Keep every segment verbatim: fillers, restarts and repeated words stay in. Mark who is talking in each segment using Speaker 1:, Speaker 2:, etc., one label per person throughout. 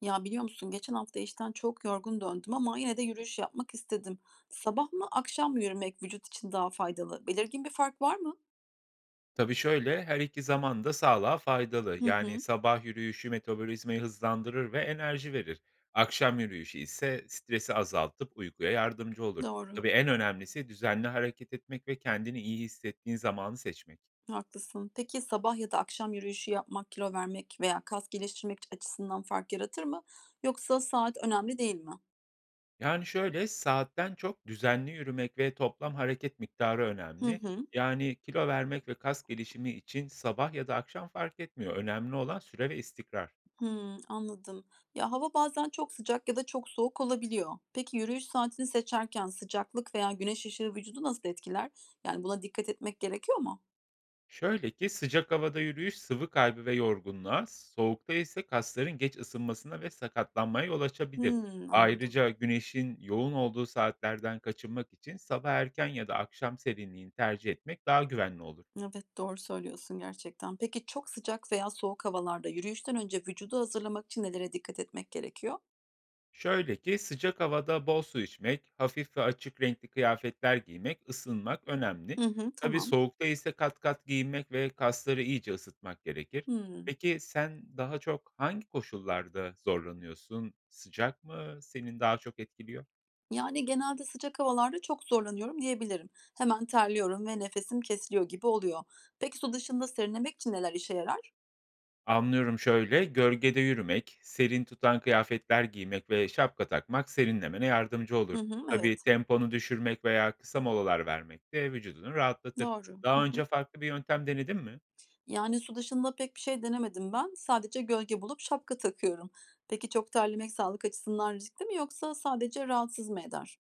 Speaker 1: Ya, biliyor musun geçen hafta işten çok yorgun döndüm ama yine de yürüyüş yapmak istedim. Sabah mı akşam mı yürümek vücut için daha faydalı? Belirgin bir fark var mı?
Speaker 2: Tabii şöyle, her iki zaman da sağlığa faydalı.
Speaker 1: Hı
Speaker 2: Yani
Speaker 1: hı,
Speaker 2: sabah yürüyüşü metabolizmayı hızlandırır ve enerji verir. Akşam yürüyüşü ise stresi azaltıp uykuya yardımcı olur.
Speaker 1: doğru.
Speaker 2: Tabii en önemlisi düzenli hareket etmek ve kendini iyi hissettiğin zamanı seçmek.
Speaker 1: Haklısın. Peki sabah ya da akşam yürüyüşü yapmak kilo vermek veya kas geliştirmek açısından fark yaratır mı? Yoksa saat önemli değil mi?
Speaker 2: Yani şöyle, saatten çok düzenli yürümek ve toplam hareket miktarı
Speaker 1: Hı
Speaker 2: önemli.
Speaker 1: hı,
Speaker 2: Yani kilo vermek ve kas gelişimi için sabah ya da akşam fark etmiyor. Önemli olan süre ve istikrar.
Speaker 1: hı, anladım. Ya hava bazen çok sıcak ya da çok soğuk olabiliyor. Peki yürüyüş saatini seçerken sıcaklık veya güneş ışığı vücudu nasıl etkiler? Yani buna dikkat etmek gerekiyor mu?
Speaker 2: Şöyle ki sıcak havada yürüyüş sıvı kaybı ve yorgunluğa, soğukta ise kasların geç ısınmasına ve sakatlanmaya yol açabilir.
Speaker 1: Hmm, anladım.
Speaker 2: Ayrıca güneşin yoğun olduğu saatlerden kaçınmak için sabah erken ya da akşam serinliğini tercih etmek daha güvenli olur.
Speaker 1: Evet, doğru söylüyorsun gerçekten. Peki çok sıcak veya soğuk havalarda yürüyüşten önce vücudu hazırlamak için nelere dikkat etmek gerekiyor?
Speaker 2: Şöyle ki sıcak havada bol su içmek, hafif ve açık renkli kıyafetler giymek, ısınmak önemli.
Speaker 1: Hı hı,
Speaker 2: Tabii
Speaker 1: tamam.
Speaker 2: soğukta ise kat kat giyinmek ve kasları iyice ısıtmak gerekir.
Speaker 1: Hımm.
Speaker 2: Peki sen daha çok hangi koşullarda zorlanıyorsun? Sıcak mı senin daha çok etkiliyor?
Speaker 1: Yani genelde sıcak havalarda çok zorlanıyorum diyebilirim. Hemen terliyorum ve nefesim kesiliyor gibi oluyor. Peki su dışında serinlemek için neler işe yarar?
Speaker 2: Anlıyorum şöyle, gölgede yürümek, serin tutan kıyafetler giymek ve şapka takmak serinlemene yardımcı
Speaker 1: Hı
Speaker 2: olur.
Speaker 1: hı, evet.
Speaker 2: Tabii temponu düşürmek veya kısa molalar vermek de vücudunu rahatlatır.
Speaker 1: Doğru. Hı
Speaker 2: Daha
Speaker 1: hı.
Speaker 2: önce farklı bir yöntem denedin mi?
Speaker 1: Yani su dışında pek bir şey denemedim ben. Sadece gölge bulup şapka takıyorum. Peki çok terlemek sağlık açısından riskli mi yoksa sadece rahatsız mı eder?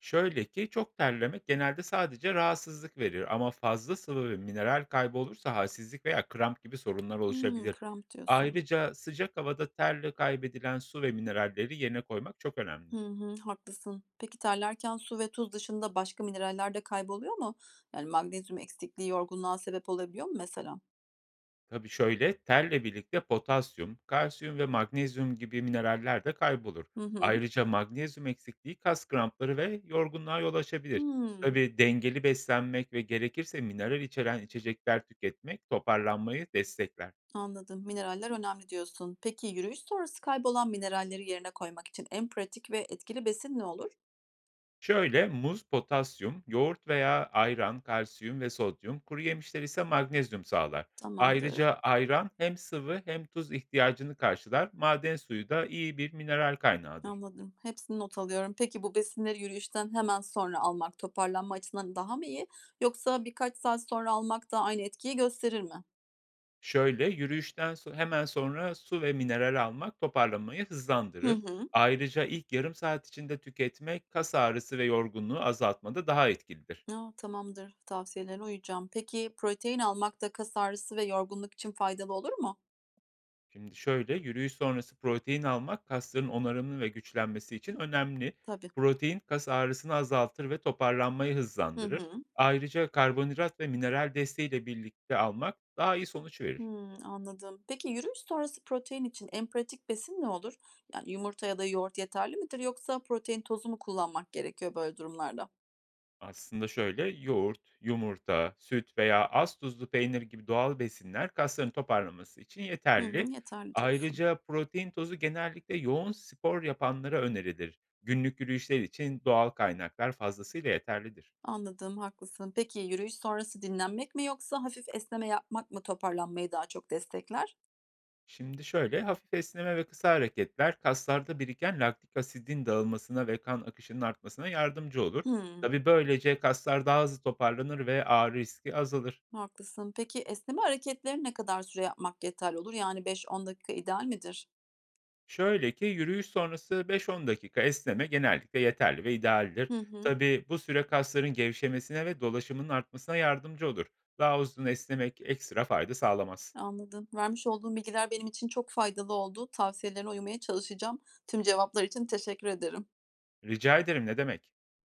Speaker 2: Şöyle ki çok terlemek genelde sadece rahatsızlık verir ama fazla sıvı ve mineral kaybı olursa halsizlik veya kramp gibi sorunlar
Speaker 1: Hımm,
Speaker 2: oluşabilir.
Speaker 1: kramp diyorsun.
Speaker 2: Ayrıca sıcak havada terle kaybedilen su ve mineralleri yerine koymak çok
Speaker 1: Hı
Speaker 2: önemli.
Speaker 1: hı, haklısın. Peki terlerken su ve tuz dışında başka mineraller de kayboluyor mu? Yani magnezyum eksikliği yorgunluğa sebep olabiliyor mu mesela?
Speaker 2: Tabii şöyle terle birlikte potasyum, kalsiyum ve magnezyum gibi mineraller de kaybolur.
Speaker 1: Hı hı.
Speaker 2: Ayrıca magnezyum eksikliği kas krampları ve yorgunluğa yol açabilir.
Speaker 1: Hmm,
Speaker 2: Tabii dengeli beslenmek ve gerekirse mineral içeren içecekler tüketmek toparlanmayı destekler.
Speaker 1: anladım. Mineraller önemli diyorsun. Peki yürüyüş sonrası kaybolan mineralleri yerine koymak için en pratik ve etkili besin ne olur?
Speaker 2: Şöyle muz potasyum, yoğurt veya ayran kalsiyum ve sodyum, kuru yemişler ise magnezyum sağlar.
Speaker 1: Tamamdır.
Speaker 2: Ayrıca ayran hem sıvı hem tuz ihtiyacını karşılar. Maden suyu da iyi bir mineral kaynağıdır.
Speaker 1: Anladım. Hepsini not alıyorum. Peki bu besinleri yürüyüşten hemen sonra almak toparlanma açısından daha mı iyi? Yoksa birkaç saat sonra almak da aynı etkiyi gösterir mi?
Speaker 2: Şöyle yürüyüşten so- hemen sonra su ve mineral almak toparlanmayı
Speaker 1: Hı
Speaker 2: hızlandırır.
Speaker 1: hı.
Speaker 2: Ayrıca ilk yarım saat içinde tüketmek kas ağrısı ve yorgunluğu azaltmada daha etkilidir.
Speaker 1: A, tamamdır. Tavsiyelerine uyacağım. Peki protein almak da kas ağrısı ve yorgunluk için faydalı olur mu?
Speaker 2: Şimdi şöyle, yürüyüş sonrası protein almak kasların onarımını ve güçlenmesi için önemli.
Speaker 1: Tabii.
Speaker 2: Protein kas ağrısını azaltır ve toparlanmayı
Speaker 1: Hı
Speaker 2: hızlandırır.
Speaker 1: hı.
Speaker 2: Ayrıca karbonhidrat ve mineral desteğiyle birlikte almak daha iyi sonuç verir.
Speaker 1: Hımm, anladım. Peki yürüyüş sonrası protein için en pratik besin ne olur? Yani yumurta ya da yoğurt yeterli midir yoksa protein tozu mu kullanmak gerekiyor böyle durumlarda?
Speaker 2: Aslında şöyle, yoğurt, yumurta, süt veya az tuzlu peynir gibi doğal besinler kasların toparlanması için
Speaker 1: Hı
Speaker 2: yeterli.
Speaker 1: hı, yeterli diyorsun.
Speaker 2: Ayrıca protein tozu genellikle yoğun spor yapanlara önerilir. Günlük yürüyüşler için doğal kaynaklar fazlasıyla yeterlidir.
Speaker 1: Anladım, haklısın. Peki yürüyüş sonrası dinlenmek mi yoksa hafif esneme yapmak mı toparlanmayı daha çok destekler?
Speaker 2: Şimdi şöyle, hafif esneme ve kısa hareketler kaslarda biriken laktik asidin dağılmasına ve kan akışının artmasına yardımcı olur.
Speaker 1: Hımm.
Speaker 2: Tabii böylece kaslar daha hızlı toparlanır ve ağrı riski azalır.
Speaker 1: Haklısın. Peki esneme hareketleri ne kadar süre yapmak yeterli olur? Yani beş on dakika ideal midir?
Speaker 2: Şöyle ki yürüyüş sonrası beş on dakika esneme genellikle yeterli ve idealdir.
Speaker 1: Hı hı,
Speaker 2: Tabii bu süre kasların gevşemesine ve dolaşımının artmasına yardımcı olur. Daha uzun esnemek ekstra fayda sağlamaz.
Speaker 1: anladım. Vermiş olduğum bilgiler benim için çok faydalı oldu. Tavsiyelerine uymaya çalışacağım. Tüm cevaplar için teşekkür ederim.
Speaker 2: Rica ederim ne demek?